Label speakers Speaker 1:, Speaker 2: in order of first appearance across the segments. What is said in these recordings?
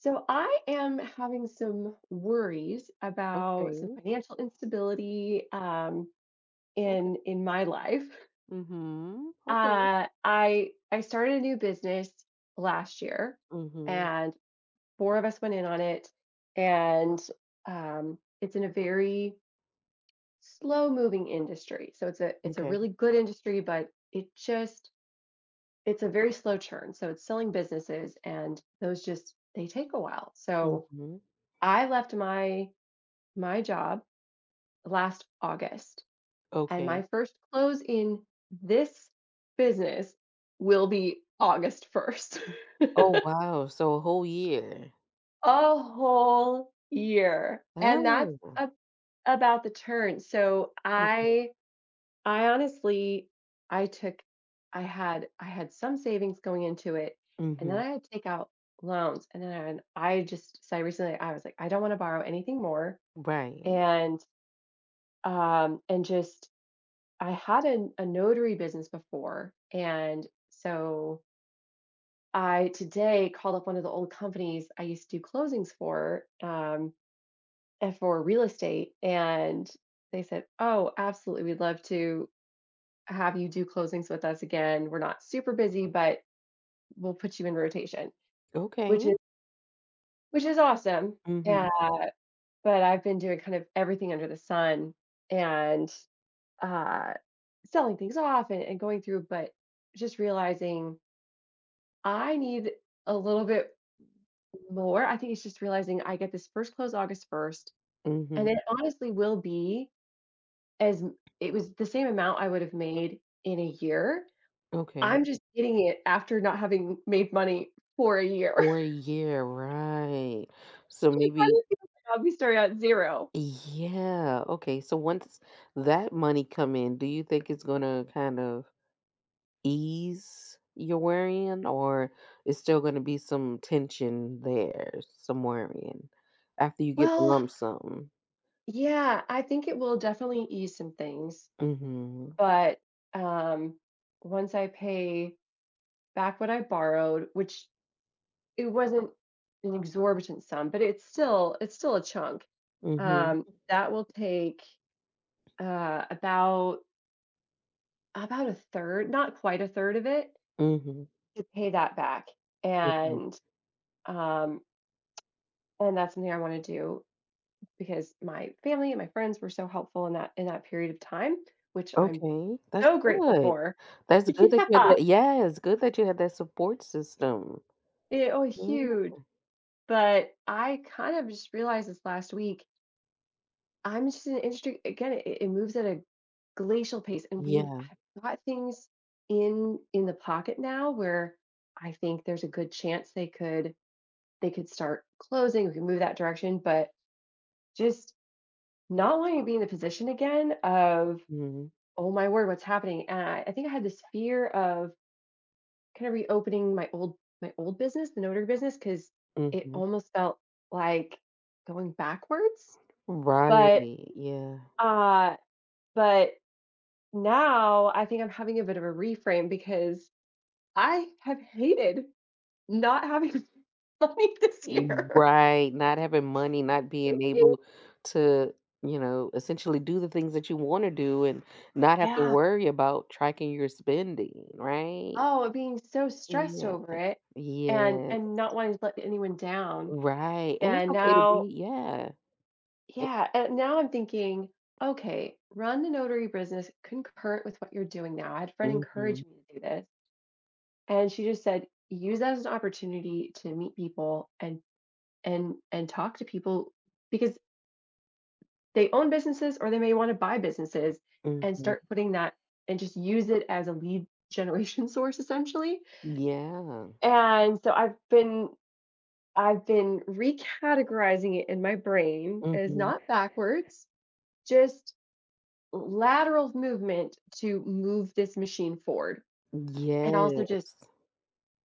Speaker 1: So I am having some worries about some
Speaker 2: Okay,
Speaker 1: financial instability,
Speaker 2: okay.
Speaker 1: in my life.
Speaker 2: Mhm. Okay.
Speaker 1: I started a new business last year,
Speaker 2: Mhm.
Speaker 1: and four of us went in on it, and it's in a very slow moving industry. So it's a
Speaker 2: Okay.
Speaker 1: really good industry, but it just it's a very slow churn. So it's selling businesses, and those just they take a while. So
Speaker 2: Mhm.
Speaker 1: I left my job last August, and
Speaker 2: Okay.
Speaker 1: my first close in this business will be August 1st.
Speaker 2: Oh, wow. So a whole year.
Speaker 1: A whole year. And that's
Speaker 2: Oh.
Speaker 1: a about the turn. So
Speaker 2: Okay.
Speaker 1: I honestly I took I had some savings going into it, and then
Speaker 2: Mhm.
Speaker 1: I had to take out loans. And then I just said recently, I was like, I don't want to borrow anything more.
Speaker 2: Right.
Speaker 1: And just I had an a notary business before, and so I today called up one of the old companies I used to do closings for, and for real estate, and they said, "Oh, absolutely, we'd love to have you do closings with us again. We're not super busy, but we'll put you in rotation," which
Speaker 2: Okay.
Speaker 1: is which is awesome. Yeah,
Speaker 2: Mhm.
Speaker 1: but I've been doing kind of everything under the sun and, uh, selling things off and going through, but just realizing I need a little bit more. I think it's just realizing I get this first close August 1st, and
Speaker 2: Mhm.
Speaker 1: it honestly will be as m it was the same amount I would have made in a year.
Speaker 2: Okay.
Speaker 1: I'm just getting it after not having made money for a year.
Speaker 2: For a year, right. So
Speaker 1: It
Speaker 2: maybe
Speaker 1: kinda feels like I'll be starting at 0.
Speaker 2: yeah. Okay. So once that money come in, do you think it's gonna kind of ease you're worrying, or it's still going to be some tension there, some worrying after you get the
Speaker 1: Well,
Speaker 2: lump sum?
Speaker 1: yeah, I think it will definitely ease some things,
Speaker 2: Hmm
Speaker 1: but, um, once I pay back what I borrowed, which it wasn't an exorbitant sum, but it's still a chunk.
Speaker 2: hmm
Speaker 1: That will take, uh, about about a third, not quite a third of it,
Speaker 2: hmm
Speaker 1: to pay that back,
Speaker 2: Okay.
Speaker 1: and, um, and that's something I wanna do because my family and my friends were so helpful in that period of time, which I'm
Speaker 2: Okay, that's
Speaker 1: so grateful
Speaker 2: good.
Speaker 1: for.
Speaker 2: That's good that you had that. Yes, good that you had that support system.
Speaker 1: Yeah. It was
Speaker 2: Yeah.
Speaker 1: huge. But I kind of just realized this last week I'm just in interesting again, it moves at a glacial pace, and we've
Speaker 2: Yeah.
Speaker 1: I've got things in the pocket now where I think there's a good chance they could start closing, we can move that direction, but just not wanting to be in the position again of,
Speaker 2: hmm
Speaker 1: "Oh my word, what's happening?" And I think I had this fear of kinda reopening my old business, the notary business, because it
Speaker 2: hmm
Speaker 1: almost felt like going backwards, but,
Speaker 2: Right. Yeah.
Speaker 1: uh but now I think I'm having a bit of a reframe because I have hated not having money this year.
Speaker 2: Right, not having money, not being able to, you know, essentially do the things that you want to do and not have to
Speaker 1: Yeah.
Speaker 2: worry about tracking your spending, right?
Speaker 1: Oh, being so stressed
Speaker 2: Yeah.
Speaker 1: over it and
Speaker 2: Yeah.
Speaker 1: and not wanting to let anyone down.
Speaker 2: Right. And it's
Speaker 1: And
Speaker 2: okay to
Speaker 1: now,
Speaker 2: be, yeah. It,
Speaker 1: yeah, and now I'm thinking, okay, run the notary business concurrent with what you're doing now. I had a friend encourage
Speaker 2: mhm.
Speaker 1: me to do this, and she just said, use that as an opportunity to meet people and and talk to people because they own businesses or they may want to buy businesses and
Speaker 2: Mhm.
Speaker 1: start putting that and just use it as a lead generation source essentially
Speaker 2: Yeah.
Speaker 1: and so I've been recategorizing it in my brain as
Speaker 2: Mhm.
Speaker 1: not backwards just lateral movement to move this machine forward and also just
Speaker 2: Yes.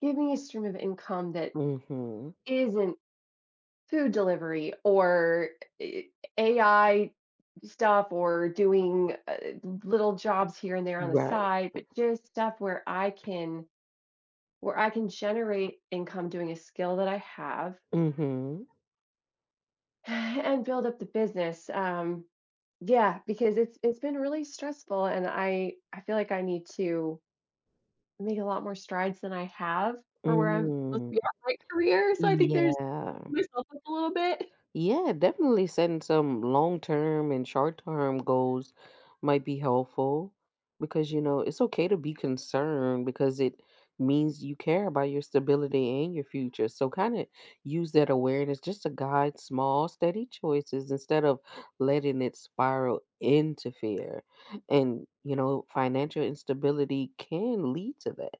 Speaker 1: give me a stream of income that
Speaker 2: Mhm.
Speaker 1: isn't food delivery or eh, AI stuff or doing little jobs here and there on the
Speaker 2: Right.
Speaker 1: side, but just stuff where I can generate income doing a skill that I have
Speaker 2: Mhm.
Speaker 1: and build up the business. Yeah, because it's been really stressful, and I feel like I need to make a lot more strides than I have for where I'm supposed to
Speaker 2: Mm.
Speaker 1: be at my career. So I think there's
Speaker 2: Yeah.
Speaker 1: myself up a little bit.
Speaker 2: Yeah, definitely setting some long term and short term goals might be helpful because, you know, it's okay to be concerned because it means you care about your stability and your future. So, kind of use that awareness just to guide small, steady choices instead of letting it spiral into fear. And, you know, financial instability can lead to that.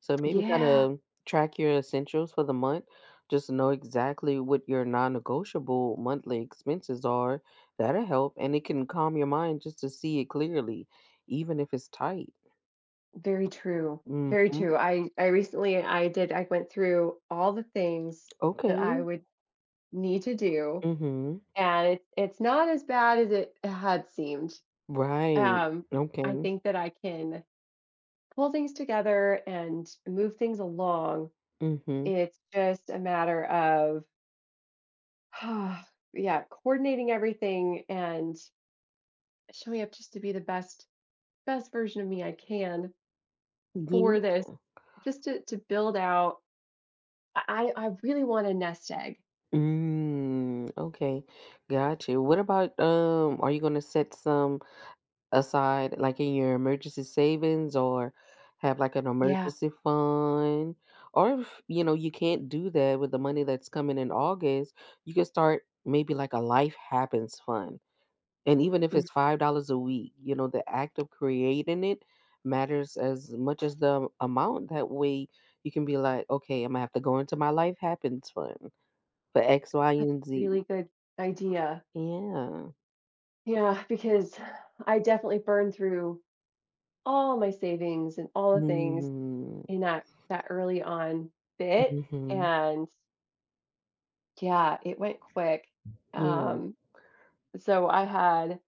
Speaker 2: So maybe kind
Speaker 1: Yeah.
Speaker 2: of track your essentials for the month. Just know exactly what your non-negotiable monthly expenses are. That'll help, and it can calm your mind just to see it clearly, even if it's tight.
Speaker 1: Very true, very
Speaker 2: Hmm
Speaker 1: true. I recently I did I went through all the things that I
Speaker 2: Okay.
Speaker 1: would need to do,
Speaker 2: hmm
Speaker 1: and it's not as bad as it had seemed.
Speaker 2: Right.
Speaker 1: Um, I
Speaker 2: Okay.
Speaker 1: think that I can pull things together and move things along.
Speaker 2: hmm
Speaker 1: It's just a matter of yeah, coordinating everything and showing up just to be the best best version of me I can
Speaker 2: Yeah.
Speaker 1: for this, just to build out I really want a nest egg.
Speaker 2: Mm, okay. Gotcha. What about are you gonna set some aside, like in your emergency savings, or have like an
Speaker 1: Yeah.
Speaker 2: emergency fund. Or if you know you can't do that with the money that's coming in August, you can start maybe like a life happens fund. And even if
Speaker 1: Mm.
Speaker 2: it's $5 a week, you know, the act of creating it matters as much as the amount. That way you can be like, okay, I'm gonna have to go into my life happens fund for X, Y,
Speaker 1: That's
Speaker 2: and
Speaker 1: a
Speaker 2: Z.
Speaker 1: really good idea.
Speaker 2: Yeah.
Speaker 1: Yeah, because I definitely burned through all my savings and all the things
Speaker 2: Mm-hmm.
Speaker 1: in that early on bit, and yeah, it went quick.
Speaker 2: Yeah.
Speaker 1: Um, so I had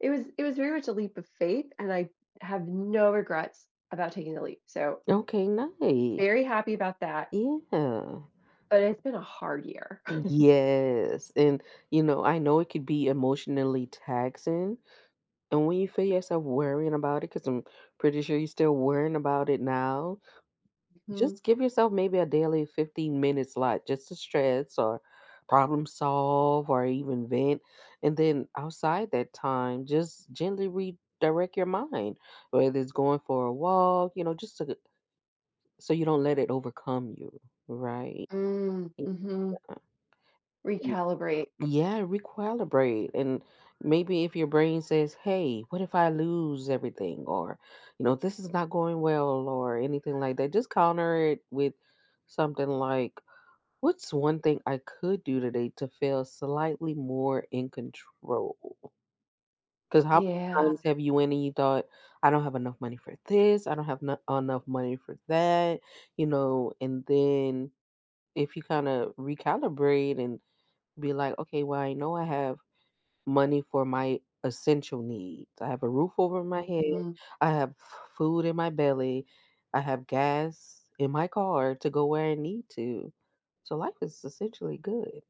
Speaker 1: it was very much a leap of faith, and I have no regrets about taking the leap. So
Speaker 2: Okay, nice.
Speaker 1: very happy about that,
Speaker 2: Yeah.
Speaker 1: but it's been a hard year.
Speaker 2: Yes. And, you know, I know it could be emotionally taxing. And when you feel yourself worrying about it, because I'm pretty sure you're still worrying about it now,
Speaker 1: hmm.
Speaker 2: just give yourself maybe a daily 15-minute slot just to stress or problem solve or even vent. And then outside that time, just gently redirect your mind, whether it's going for a walk, you know, just so, so you don't let it overcome you. Right.
Speaker 1: Mm-hmm.
Speaker 2: Yeah.
Speaker 1: Recalibrate.
Speaker 2: Yeah, recalibrate. And maybe if your brain says, hey, what if I lose everything? Or, you know, this is not going well or anything like that, just counter it with something like, what's one thing I could do today to feel slightly more in control? Because how many
Speaker 1: Yeah.
Speaker 2: times have you went and you thought, I don't have enough money for this, I don't have enough money for that, you know, and then if you kind of recalibrate and be like, okay, well, I know I have money for my essential needs. I have a roof over my head,
Speaker 1: Mhm.
Speaker 2: I have food in my belly, I have gas in my car to go where I need to. So life is essentially good.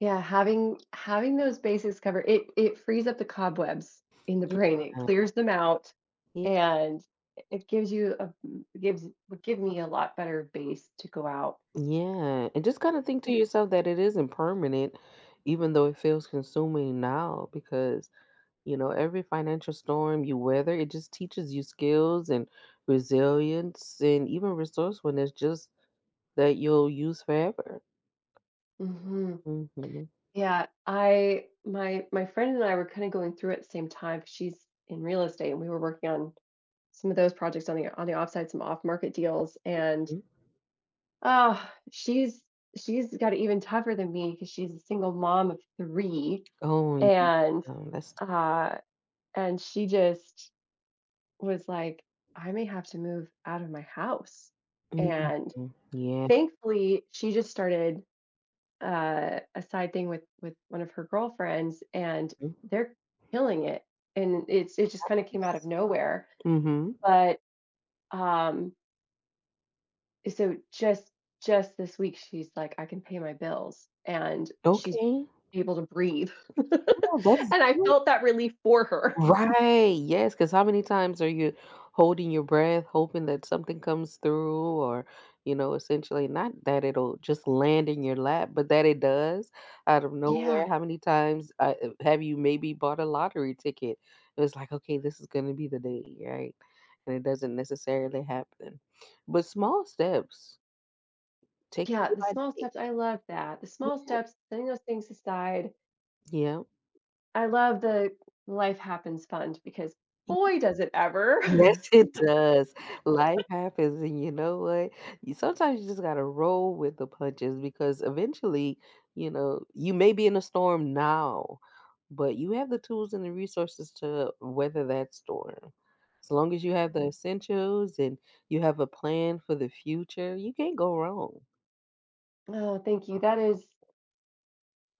Speaker 1: Yeah, having having those bases covered, it frees up the cobwebs in the brain, it
Speaker 2: Yeah.
Speaker 1: clears them out,
Speaker 2: y-
Speaker 1: and it gives you a gives would give me a lot better base to go out.
Speaker 2: Yeah, and just kind of think to
Speaker 1: Right.
Speaker 2: yourself that it isn't permanent, even though it feels consuming now, because you know, every financial storm you weather, it just teaches you skills and resilience and even resourcefulness just that you'll use forever.
Speaker 1: Mhm.
Speaker 2: Hmm
Speaker 1: Yeah, I my my friend and I were kinda going through at the same time, 'cause she's in real estate, and we were working on some of those projects on the offside, some off-market deals, and,
Speaker 2: Mhm.
Speaker 1: ah, she's she's got it even tougher than me because she's a single mom of 3.
Speaker 2: Oh, yeah,
Speaker 1: And,
Speaker 2: oh, that's
Speaker 1: uh, and she just was like, "I may have to move out of my house."
Speaker 2: mhm,
Speaker 1: And
Speaker 2: yeah.
Speaker 1: thankfully, she just started, a side thing with one of her girlfriends, and they're killing it, and it's it just kinda came out of
Speaker 2: Yes.
Speaker 1: nowhere,
Speaker 2: Mhm.
Speaker 1: but, um so just this week, she's like, "I can pay my bills," and she's
Speaker 2: Okay.
Speaker 1: able to breathe.
Speaker 2: Yeah, that's
Speaker 1: And I
Speaker 2: good.
Speaker 1: felt that relief for her.
Speaker 2: Right. Yes. Because how many times are you holding your breath, hoping that something comes through or, you know, essentially not that it'll just land in your lap, but that it does out of
Speaker 1: Yeah.
Speaker 2: nowhere. How many times have you maybe bought a lottery ticket? It was like, okay, this is going to be the day, right? And it doesn't necessarily happen. But small steps. Take it
Speaker 1: Yeah,
Speaker 2: day
Speaker 1: the
Speaker 2: by
Speaker 1: small
Speaker 2: day.
Speaker 1: steps, I love that. The small steps, setting those things aside.
Speaker 2: Yeah.
Speaker 1: I love the Life Happens Fund because
Speaker 2: Y
Speaker 1: boy, does it
Speaker 2: yes,
Speaker 1: ever.
Speaker 2: it does. Life happens, and you know what? You sometimes you just gotta roll with the punches because eventually, you know, you may be in a storm now, but you have the tools and the resources to weather that storm. As long as you have the essentials and you have a plan for the future, you can't go wrong.
Speaker 1: Oh, thank you. That is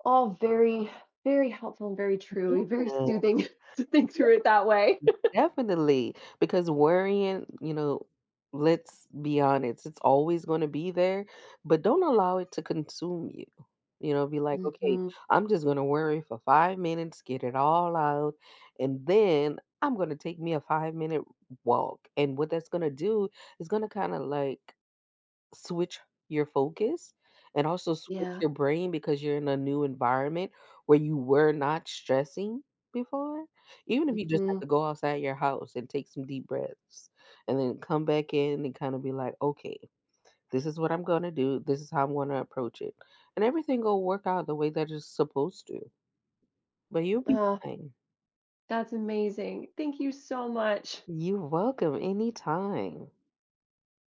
Speaker 1: all very, very helpful and very true, very
Speaker 2: Yeah.
Speaker 1: soothing to think through it that way.
Speaker 2: Definitely, because worrying, you know, let's be honest, it's always going to be there, but don't allow it to consume you. You know, be like, okay,
Speaker 1: hmm.
Speaker 2: I'm just going to worry for 5 minutes, get it all out, and then I'm going to take me a 5 minute walk. And what that's going to do is going to kind of like switch your focus and also switch
Speaker 1: Yeah.
Speaker 2: your brain because you're in a new environment where you were not stressing before. Even if you just have
Speaker 1: hmm.
Speaker 2: to go outside your house and take some deep breaths and then come back in and kind of be like, okay, this is what I'm going to do. This is how I'm going to approach it. And everything will work out the way that it's supposed to. But you'll be
Speaker 1: Oh,
Speaker 2: fine.
Speaker 1: that's amazing. Thank you so much.
Speaker 2: You're welcome anytime.